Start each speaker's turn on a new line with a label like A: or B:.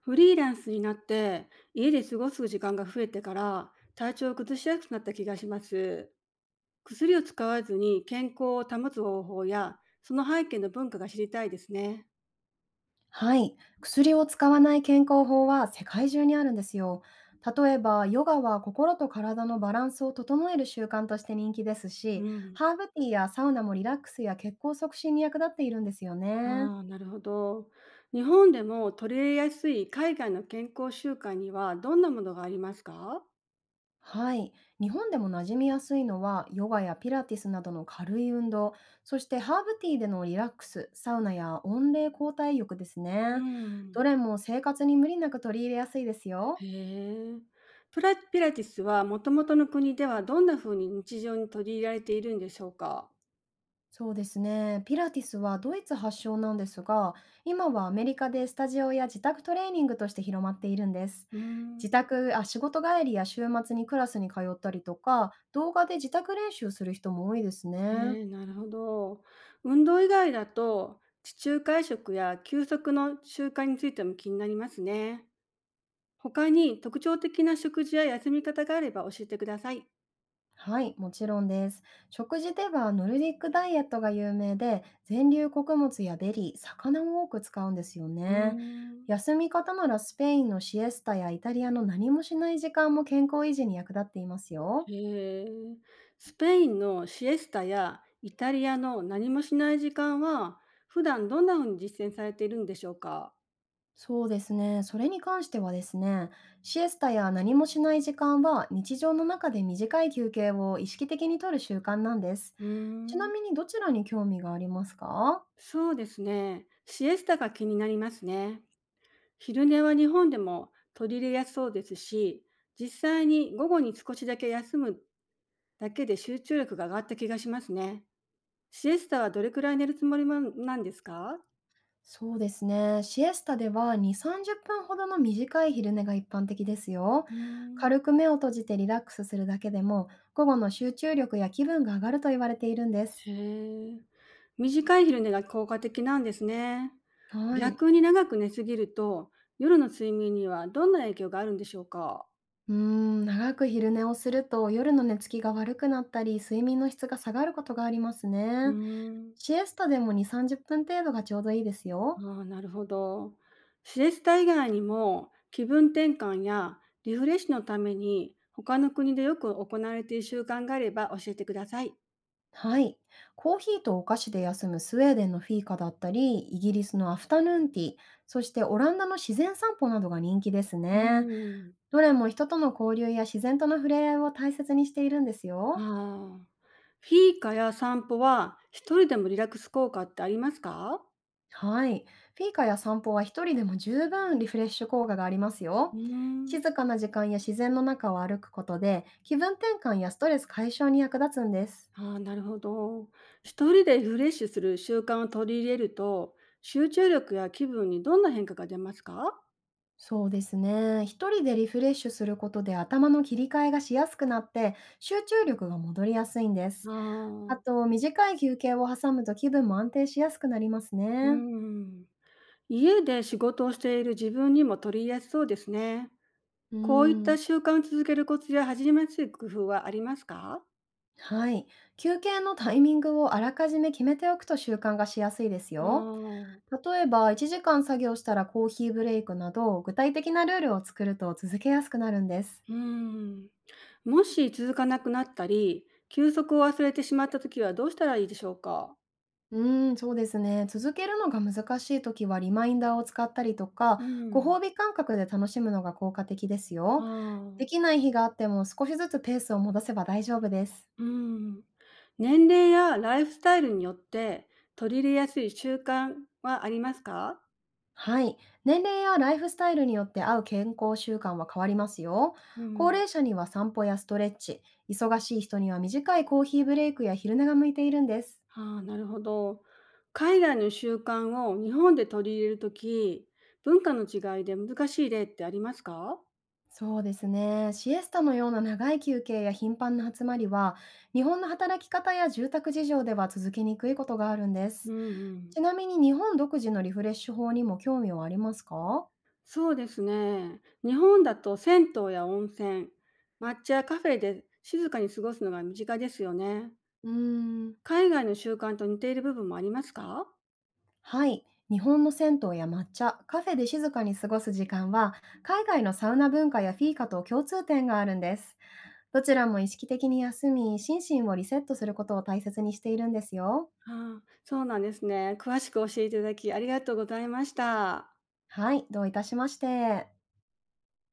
A: フリーランスになって家で過ごす時間が増えてから体調を崩しやすくなった気がします。薬を使わずに健康を保つ方法やその背景の文化が知りたいですね。
B: はい、薬を使わない健康法は世界中にあるんですよ。例えば、ヨガは心と体のバランスを整える習慣として人気です
A: う
B: し、
A: ん。
B: ハーブティーやサウナもリラックスや血行促進に役立っているんですよね。
A: ああ、なるほど。日本でも取り入れやすい海外の健康習慣にはどんなものがありますか？
B: はい、日本でも馴染みやすいのは、ヨガやピラティスなどの軽い運動、そしてハーブティーでのリラックス、サウナや温冷交代浴です
A: う
B: ね。ど
A: ん。
B: れも生活に無理なく取り入れやすいですよ。
A: へえ。ピラティスはもともとの国ではどんな風に日常に取り入れられているんでしょうか？
B: そうですね。ピラティスはドイツ発祥なんですが、今はアメリカでスタジオや自宅トレーニングとして広まっているんです。
A: うん。
B: 自宅、あ、仕事帰りや週末にクラスに通ったりとか、動画で自宅練習する人も多いですね。
A: へえ、なるほど。運動以外だと、地中海食や休息の習慣についても気になりますね。他に特徴的な食事や休み方があれば教えてください。
B: はい、もちろんです。食事ではノルディックダイエットが有名で、全粒穀物やベリー、魚を多く使うんですよ
A: うー
B: ね。
A: ん。
B: 休み方ならスペインのシエスタやイタリアの何もしない時間も健康維持に役立っていますよ。
A: へえ。スペインのシエスタやイタリアの何もしない時間は、普段どんな風に実践されているんでしょうか？
B: そうですね。それに関してはですね、シエスタや何もしない時間は日常の中で短い休憩を意識的にとる習慣なんです。
A: うー
B: ちな
A: ん。
B: みにどちらに興味がありますか？
A: そうですね。シエスタが気になりますね。昼寝は日本でも取り入れやすそうですし、実際に午後に少しだけ休むだけで集中力が上がった気がしますね。シエスタはどれくらい寝るつもりまなんですか？
B: そうですね。シエスタでは2、30分ほどの短い昼寝が一般的ですよ。
A: うーん。
B: 軽く目を閉じてリラックスするだけでも、午後の集中力や気分が上がると言われているんです。
A: へえ。短い昼寝が効果的なんですね。
B: はい。
A: 逆に長く寝すぎると、夜の睡眠にはどんな影響があるんでしょうか？
B: 長く昼寝をすると夜の寝つきが悪くなったり、睡眠の質が下がることがあります
A: うー
B: ね。
A: ん。
B: シエスタでも2、30分程度がちょうどいいですよ。
A: ああ、なるほど。シエスタ以外にも、気分転換やリフレッシュのために、他の国でよく行われている習慣があれば教えてください。
B: はい。コーヒーとお菓子で休むスウェーデンのフィーカだったり、イギリスのアフタヌーンティー、そしてオランダの自然散歩などが人気です
A: うー
B: ね。
A: ん。
B: どれも人との交流や自然との触れ合いを大切にしているんですよ。
A: ああ。フィーカや散歩は、一人でもリラックス効果ってありますか？
B: はい。フィーカや散歩は一人でも十分リフレッシュ効果があります
A: う
B: よ。
A: ー
B: 静
A: ん。
B: かな時間や自然の中を歩くことで気分転換やストレス解消に役立つんです。
A: ああ、なるほど。一人でリフレッシュする習慣を取り入れると、集中力や気分にどんな変化が出ますか？
B: そうですね。一人でリフレッシュすることで頭の切り替えがしやすくなって集中力が戻りやすいんです。
A: ああ
B: あ
A: ー、
B: と、短い休憩を挟むと気分も安定しやすくなります
A: うー
B: ね。
A: ん。家で仕事をしている自分にも取り入れやすそうですね。
B: うー
A: こういっ
B: ん、
A: た習慣を続けるコツや始めやすい工夫はありますか？
B: はい。休憩のタイミングをあらかじめ決めておくと習慣がしやすいです
A: あ
B: よ。
A: ー。
B: 例えば、1時間作業したらコーヒーブレイクなど、具体的なルールを作ると続けやすくなるんです。
A: うーん。もし続かなくなったり、休息を忘れてしまったときはどうしたらいいでしょうか？
B: そうですね。続けるのが難しいときは、リマインダーを使ったりとか、
A: う
B: ご
A: ん。
B: 褒美感覚で楽しむのが効果的ですよ。
A: あ
B: でき
A: あ。
B: ない日があっても、少しずつペースを戻せば大丈夫です。
A: うん。年齢やライフスタイルによって取り入れやすい習慣はありますか？
B: はい。年齢やライフスタイルによって合う健康習慣は変わりますよ。
A: う
B: 高
A: ん。
B: 齢者には散歩やストレッチ、忙しい人には短いコーヒーブレイクや昼寝が向いているんです。
A: ああ、なるほど。海外の習慣を日本で取り入れるとき、文化の違いで難しい例ってありますか？
B: そうですね。シエスタのような長い休憩や頻繁な集まりは、日本の働き方や住宅事情では続けにくいことがあるんです。
A: うんうん。
B: ちなみに日本独自のリフレッシュ法にも興味はありますか？
A: そうですね。日本だと銭湯や温泉、抹茶やカフェで静かに過ごすのが身近ですよね。
B: うーん。
A: 海外の習慣と似ている部分もありますか？
B: はい。日本の銭湯や抹茶、カフェで静かに過ごす時間は、海外のサウナ文化やフィーカと共通点があるんです。どちらも意識的に休み、心身をリセットすることを大切にしているんですよ。
A: ああ、そうなんですね。詳しく教えていただきありがとうございました。
B: はい、どういたしまして。